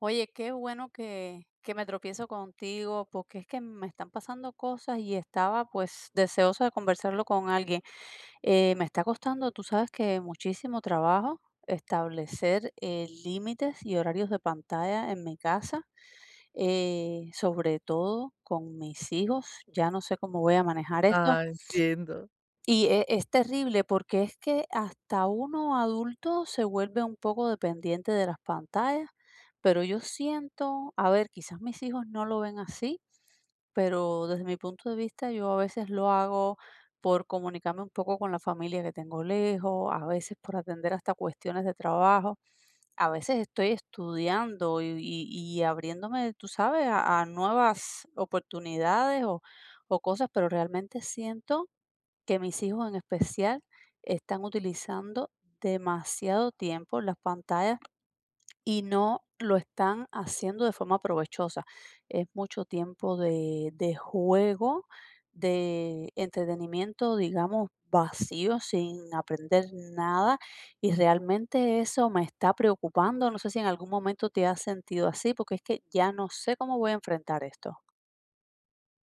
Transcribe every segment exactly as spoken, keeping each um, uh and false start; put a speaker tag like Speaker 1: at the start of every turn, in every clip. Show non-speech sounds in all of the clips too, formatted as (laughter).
Speaker 1: Oye, qué bueno que, que me tropiezo contigo, porque es que me están pasando cosas y estaba pues deseosa de conversarlo con alguien. Eh, me está costando, tú sabes, que muchísimo trabajo establecer eh, límites y horarios de pantalla en mi casa, eh, sobre todo con mis hijos. Ya no sé cómo voy a manejar esto,
Speaker 2: Ah, entiendo.
Speaker 1: y e es terrible porque es que hasta uno adulto se vuelve un poco dependiente de las pantallas, pero yo siento, a ver, quizás mis hijos no lo ven así, pero desde mi punto de vista yo a veces lo hago por comunicarme un poco con la familia que tengo lejos, a veces por atender hasta cuestiones de trabajo, a veces estoy estudiando y y y abriéndome, tú sabes, a a nuevas oportunidades o o cosas, pero realmente siento que mis hijos en especial están utilizando demasiado tiempo las pantallas y no lo están haciendo de forma provechosa. Es mucho tiempo de, de juego, de entretenimiento, digamos, vacío, sin aprender nada. Y realmente eso me está preocupando. No sé si en algún momento te has sentido así, porque es que ya no sé cómo voy a enfrentar esto.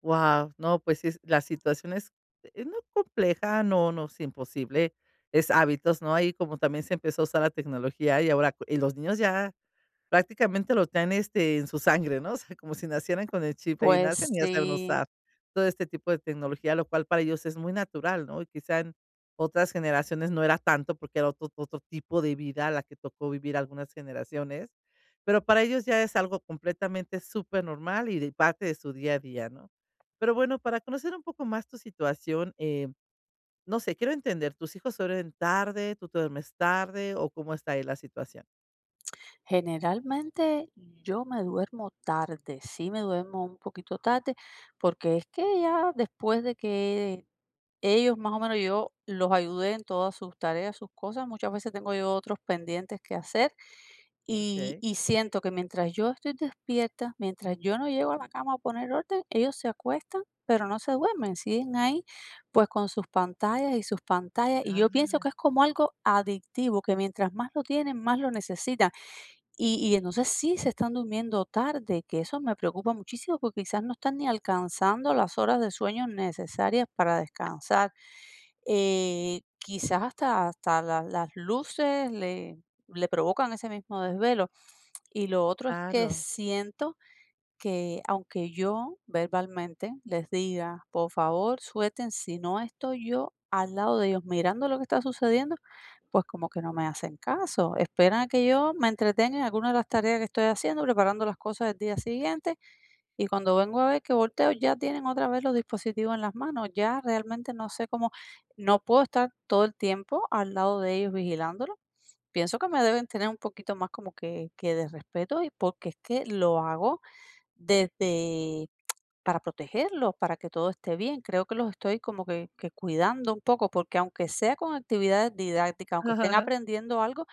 Speaker 2: Wow, no, pues sí, la situación es, eh, no compleja, no, no es imposible, es hábitos, ¿no? Ahí como también se empezó a usar la tecnología y ahora, cu- y los niños ya prácticamente lo traen, este, en su sangre, ¿no? (laughs) O sea, como si nacieran con el chip, ahí
Speaker 1: Pues
Speaker 2: nacen y ya saben
Speaker 1: sí.
Speaker 2: usar todo este tipo de tecnología, lo cual para ellos es muy natural, ¿no? Y quizá en otras generaciones no era tanto, porque era otro otro tipo de vida la que tocó vivir algunas generaciones, pero para ellos ya es algo completamente súper normal y de parte de su día a día, ¿no? Pero bueno, para conocer un poco más tu situación, eh, no sé, quiero entender, ¿tus hijos duermen tarde, tú duermes tarde o cómo está ahí la situación?
Speaker 1: Generalmente yo me duermo tarde, sí me duermo un poquito tarde, porque es que ya después de que ellos más o menos yo los ayudé en todas sus tareas, sus cosas, muchas veces tengo yo otros pendientes que hacer y,
Speaker 2: Okey.
Speaker 1: y siento que mientras yo estoy despierta, mientras yo no llego a la cama a poner orden, ellos se acuestan, pero no se duermen, siguen ahí pues con sus pantallas y sus pantallas y yo
Speaker 2: Ah,
Speaker 1: pienso que es como algo adictivo, que mientras más lo tienen, más lo necesitan y y entonces sí se están durmiendo tarde, que eso me preocupa muchísimo, porque quizás no están ni alcanzando las horas de sueño necesarias para descansar. Eh, quizás hasta hasta la las luces le le provocan ese mismo desvelo. Y lo otro es que
Speaker 2: claro.
Speaker 1: siento que, aunque yo verbalmente les diga: "Por favor, suelten", si no estoy yo al lado de ellos mirando lo que está sucediendo, pues como que no me hacen caso. Esperan a que yo me entretenga en alguna de las tareas que estoy haciendo, preparando las cosas del día siguiente, y cuando vengo a ver que volteo, ya tienen otra vez los dispositivos en las manos. Ya realmente no sé cómo, no puedo estar todo el tiempo al lado de ellos vigilándolo. Pienso que me deben tener un poquito más como que, que de respeto, y porque es que lo hago desde para protegerlos, para que todo esté bien. Creo que los estoy como que, que cuidando un poco, porque aunque sea con actividades didácticas,
Speaker 2: (laughs)
Speaker 1: aunque estén
Speaker 2: Ajá.
Speaker 1: aprendiendo algo,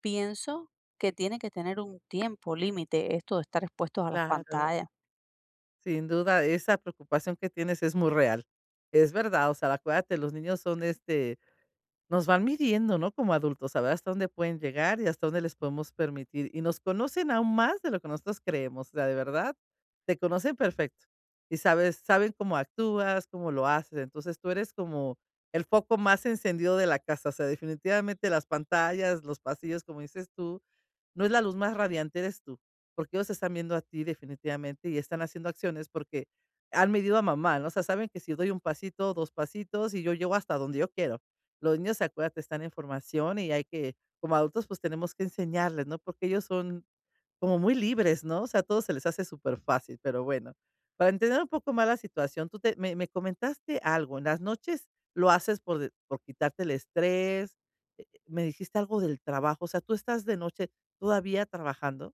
Speaker 1: pienso que tiene que tener un tiempo límite esto de estar expuestos a las
Speaker 2: Claro,
Speaker 1: pantallas.
Speaker 2: sin duda, esa preocupación que tienes es muy real. Es verdad, o sea, acuérdate, los niños son, este, nos van midiendo, ¿no? Como adultos, a ver hasta dónde pueden llegar y hasta dónde les podemos permitir. Y nos conocen aún más de lo que nosotros creemos, o sea, de verdad, te conocen perfecto. Y sabes, saben cómo actúas, cómo lo haces. Entonces tú eres como el foco más encendido de la casa. O sea, definitivamente las pantallas, los pasillos, como dices tú, no es la luz más radiante, eres tú, porque ellos están viendo a ti definitivamente y están haciendo acciones porque han medido a mamá, ¿no? O sea, saben que si doy un pasito, dos pasitos y yo llego hasta donde yo quiero. Los niños, acuérdate, están en formación y hay que, como adultos, pues tenemos que enseñarles, ¿no? Porque ellos son como muy libres, ¿no? O sea, a todos se les hace súper fácil. Pero bueno. Para entender un poco más la situación, tú te me me comentaste algo, en las noches lo haces por de por quitarte el estrés, eh, eh, me dijiste algo del trabajo, o sea, ¿tú estás de noche todavía trabajando?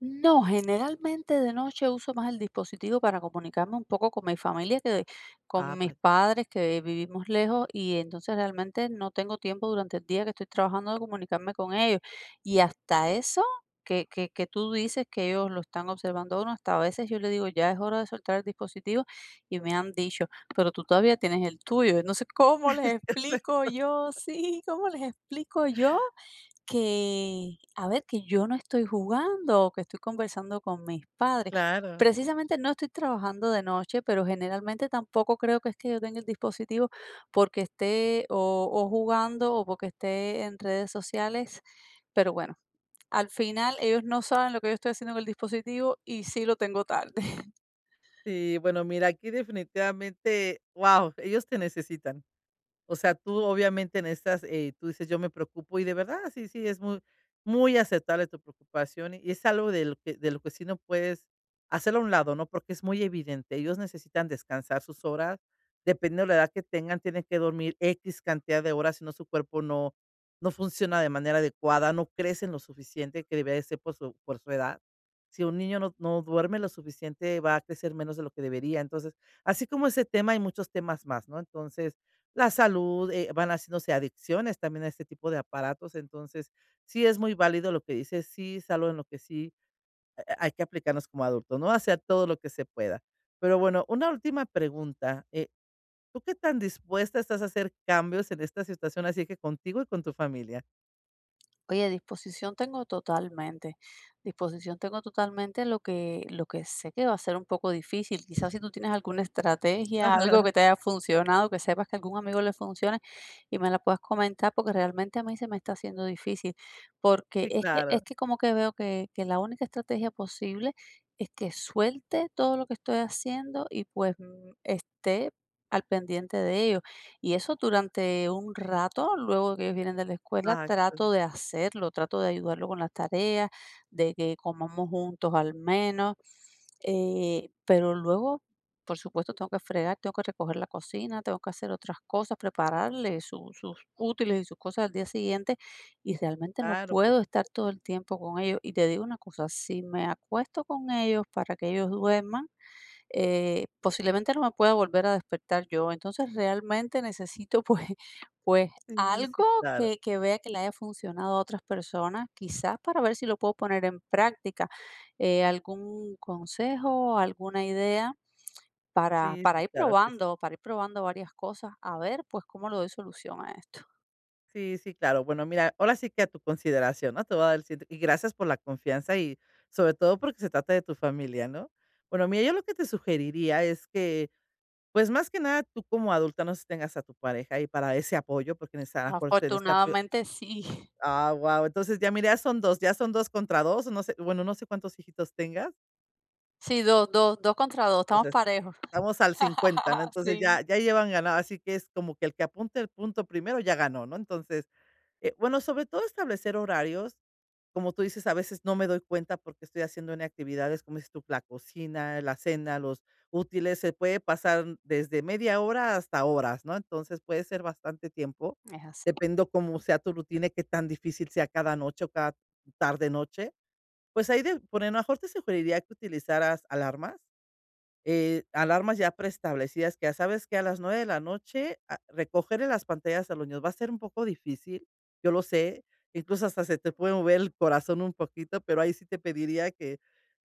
Speaker 1: No, generalmente de noche uso más el dispositivo para comunicarme un poco con mi familia que de-
Speaker 2: Ah,
Speaker 1: con mis
Speaker 2: vale.
Speaker 1: padres, que vivimos lejos, y entonces realmente no tengo tiempo durante el día que estoy trabajando de comunicarme con ellos. Y hasta eso que, que, que tú dices, que ellos lo están observando a uno, hasta a veces yo le digo: "Ya es hora de soltar el dispositivo", y me han dicho: "Pero tú todavía tienes el tuyo". Entonces, ¿cómo les
Speaker 2: (laughs)
Speaker 1: explico yo? Sí, ¿cómo les explico yo? Que, a ver, que yo no estoy jugando, que estoy conversando con mis padres.
Speaker 2: Claro.
Speaker 1: Precisamente no estoy trabajando de noche, pero generalmente tampoco creo que es que yo tenga el dispositivo porque esté o, o jugando o porque esté en redes sociales. Pero bueno, al final ellos no saben lo que yo estoy haciendo con el dispositivo y sí lo tengo tarde.
Speaker 2: Sí, bueno, mira, aquí definitivamente, ¡wow! Ellos te necesitan. O sea, tú obviamente en estas, eh, tú dices: "Yo me preocupo", y de verdad, sí, sí, es muy muy aceptable tu preocupación, y es algo de lo que de lo que sí no puedes hacerlo a un lado, ¿no? Porque es muy evidente, ellos necesitan descansar sus horas, dependiendo de la edad que tengan, tienen que dormir x cantidad de horas, si no su cuerpo no no funciona de manera adecuada, no crecen lo suficiente que debería de ser por su por su edad. Si un niño no no duerme lo suficiente, va a crecer menos de lo que debería. Entonces, así como ese tema, hay muchos temas más, ¿no? Entonces la salud, eh, van haciéndose adicciones también a este tipo de aparatos, entonces, sí es muy válido lo que dices, sí es algo en lo que sí, eh, hay que aplicarnos como adultos, ¿no? Hacer todo lo que se pueda. Pero bueno, una última pregunta, eh, ¿tú qué tan dispuesta estás a hacer cambios en esta situación, así que contigo y con tu familia?
Speaker 1: Oye, disposición tengo totalmente. Disposición tengo totalmente, lo que lo que sé que va a ser un poco difícil. Quizás si tú tienes alguna estrategia, algo
Speaker 2: Ajá,
Speaker 1: que te haya funcionado, que sepas que a algún amigo le funcione y me la puedas comentar, porque realmente a mí se me está haciendo difícil. Porque
Speaker 2: sí,
Speaker 1: es que
Speaker 2: claro,
Speaker 1: es que como que veo que que la única estrategia posible es que suelte todo lo que estoy haciendo y, pues, mm, esté al pendiente de ello. Y eso durante un rato, luego que ellos vienen de la escuela,
Speaker 2: exacto.
Speaker 1: trato de hacerlo, trato de ayudarlo con las tareas, de que comamos juntos al menos. Eh, pero luego, por supuesto, tengo que fregar, tengo que recoger la cocina, tengo que hacer otras cosas, prepararle su- sus útiles y sus cosas al día siguiente. Y realmente no
Speaker 2: Claro, por
Speaker 1: puedo estar
Speaker 2: supuesto.
Speaker 1: todo el tiempo con ellos. Y te digo una cosa, si me acuesto con ellos para que ellos duerman, eh, posiblemente no me pueda volver a despertar yo. Entonces realmente necesito, pues, (laughs) pues
Speaker 2: Sí, sí,
Speaker 1: algo
Speaker 2: claro.
Speaker 1: que, que vea que le haya funcionado a otras personas, quizás para ver si lo puedo poner en práctica. Eh, algún consejo, alguna idea para,
Speaker 2: Sí, sí,
Speaker 1: para ir
Speaker 2: claro que sí.
Speaker 1: probando, para ir probando varias cosas, a ver pues cómo le doy solución a esto.
Speaker 2: Sí, sí, claro. Bueno, mira, ahora sí que a tu consideración, ¿no? Te voy a dar el sitio. Y gracias por la confianza y sobre todo porque se trata de tu familia, ¿no? Bueno, mira, yo lo que te sugeriría es que, pues más que nada, tú como adulta no sé si tengas a tu pareja y para ese apoyo, porque necesita- a lo mejor se necesita apoyo.
Speaker 1: Afortunadamente sí. (laughs)
Speaker 2: Ah, wow. Entonces ya mira, ya son dos, ya son dos contra dos, no sé, bueno, no sé cuántos hijitos tengas.
Speaker 1: Sí, dos, dos, dos contra dos, estamos
Speaker 2: Entonces,
Speaker 1: parejos.
Speaker 2: estamos al cincuenta, ¿no?
Speaker 1: (laughs)
Speaker 2: Entonces
Speaker 1: Sí,
Speaker 2: ya, ya llevan ganado. Así que es como que el que apunte el punto primero ya ganó, ¿no? Entonces, eh, bueno, sobre todo establecer horarios. Como tú dices, a veces no me doy cuenta porque estoy haciendo en actividades, como dices tú, la cocina, la cena, los útiles, se puede pasar desde media hora hasta horas, ¿no? Entonces puede ser bastante tiempo,
Speaker 1: es así.
Speaker 2: dependo cómo sea tu rutina, y qué tan difícil sea cada noche o cada tarde noche. Pues ahí de por lo mejor te sugeriría que utilizaras alarmas, eh, alarmas ya preestablecidas, que ya sabes que a las nueve de la noche, ah, recogerle las pantallas a los niños va a ser un poco difícil, yo lo sé, incluso hasta se te puede mover el corazón un poquito, pero ahí sí te pediría que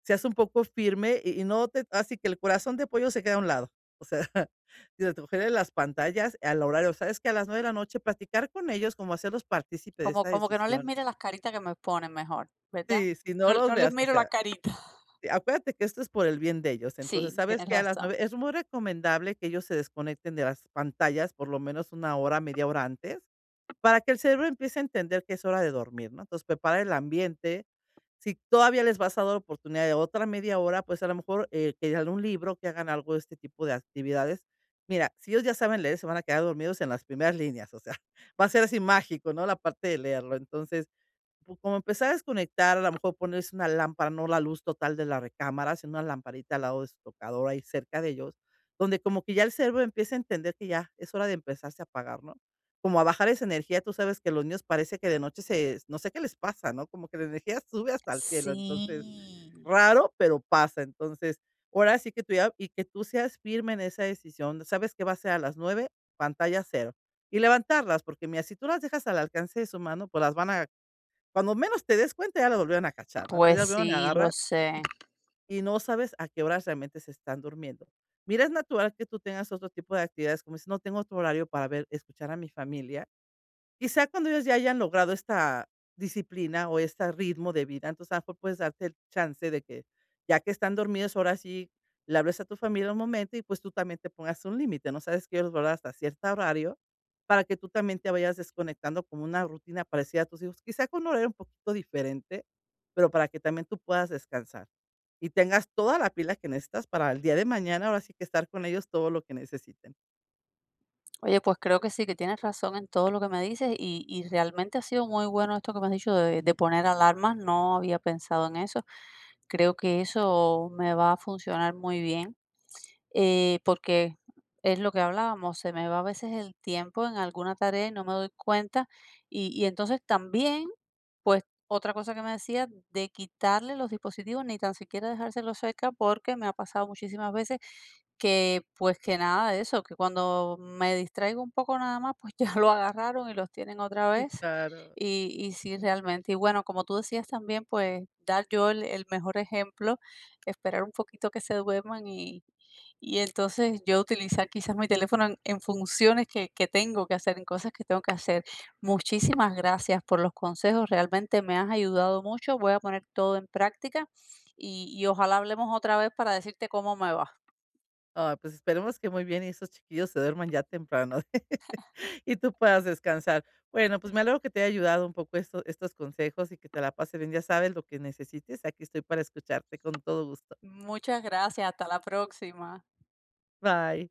Speaker 2: seas un poco firme y y no te así que el corazón de pollo se quede a un lado. O sea, (laughs) y recogerle las pantallas al horario, sabes que a las nueve de la noche platicar con ellos, como hacerlos partícipe de
Speaker 1: Como
Speaker 2: esta
Speaker 1: como que no les
Speaker 2: decisión.
Speaker 1: mire las caritas que me ponen mejor, ¿verdad?
Speaker 2: Sí, si no
Speaker 1: No,
Speaker 2: los
Speaker 1: no les
Speaker 2: veas, o
Speaker 1: miro la
Speaker 2: sea.
Speaker 1: carita. (laughs)
Speaker 2: Acuérdate que esto es por el bien de ellos. Entonces,
Speaker 1: Sí,
Speaker 2: ¿sabes
Speaker 1: tienes
Speaker 2: que a las nueve
Speaker 1: razón.
Speaker 2: es muy recomendable que ellos se desconecten de las pantallas por lo menos una hora, media hora antes, para que el cerebro empiece a entender que es hora de dormir? ¿No? Entonces, prepara el ambiente. Si todavía les vas a dar oportunidad de otra media hora, pues, a lo mejor, eh, que lean un libro, que hagan algo de este tipo de actividades. Mira, si ellos ya saben leer, se van a quedar dormidos en las primeras líneas, o sea, (laughs) va a ser así mágico, ¿no? La parte de leerlo. Entonces, Pu como empezar a desconectar, a lo mejor ponerse una lámpara, no la luz total de la recámara, sino una lamparita al lado de su tocador, ahí cerca de ellos, donde como que ya el cerebro empieza a entender que ya es hora de empezarse a apagar, ¿no? Como a bajar esa energía, tú sabes que los niños parece que de noche se no sé qué les pasa, ¿no? Como que la energía sube hasta el cielo, entonces,
Speaker 1: Sí,
Speaker 2: raro, pero pasa. Entonces, ahora sí que tú ya y que tú seas firme en esa decisión, sabes que va a ser a las nueve pantalla cero. Y levantarlas, porque mira, si tú las dejas al alcance de su mano, pues las van a cuando menos te des cuenta, ya las volvieron a cachar, ¿no? Entonces, ya
Speaker 1: pues
Speaker 2: volvieron a
Speaker 1: sí, lo
Speaker 2: agarrar y
Speaker 1: sé.
Speaker 2: y no sabes a qué horas realmente se están durmiendo. Mira, es natural que tú tengas otro tipo de actividades, como dices: "No tengo otro horario para ver escuchar a mi familia". Quizá cuando ellos ya hayan logrado esta disciplina o este ritmo de vida, entonces, a lo mejor puedes darte el chance de que, ya que están dormidos, ahora sí le hables a tu familia un momento y, pues, tú también te pongas un límite, ¿no? Sabes que ellos van hasta cierto horario, para que tú también te vayas desconectando como una rutina parecida a tus hijos, quizá con un horario un poquito diferente, pero para que también tú puedas descansar y tengas toda la pila que necesitas para el día de mañana, ahora sí que estar con ellos todo lo que necesiten.
Speaker 1: Oye, pues creo que sí, que tienes razón en todo lo que me dices y y realmente ha sido muy bueno esto que me has dicho de de poner alarmas, no había pensado en eso. Creo que eso me va a funcionar muy bien. Eh, porque es lo que hablábamos, se me va a veces el tiempo en alguna tarea y no me doy cuenta. Y, y entonces también, pues otra cosa que me decía, de quitarle los dispositivos, ni tan siquiera dejárselo cerca, porque me ha pasado muchísimas veces que, pues, que nada de eso, que cuando me distraigo un poco nada más, pues (laughs) ya lo agarraron y los tienen otra
Speaker 2: Sí,
Speaker 1: vez.
Speaker 2: claro.
Speaker 1: Y y sí, realmente. Y bueno, como tú decías también, pues, dar yo el el mejor ejemplo, esperar un poquito que se duerman y y entonces yo utilizar quizás mi teléfono en en funciones que que tengo que hacer, en cosas que tengo que hacer. Muchísimas gracias por los consejos, realmente me has ayudado mucho, voy a poner todo en práctica y y ojalá hablemos otra vez para decirte cómo me va.
Speaker 2: Ah, pues esperemos que muy bien y esos chiquillos se duerman ya temprano (laughs) y tú puedas descansar. Bueno, pues me alegro que te haya ayudado un poco esto- estos consejos y que te la pases bien. Ya sabes lo que necesites. Aquí estoy para escucharte con todo gusto.
Speaker 1: Muchas gracias, hasta la próxima.
Speaker 2: Bye.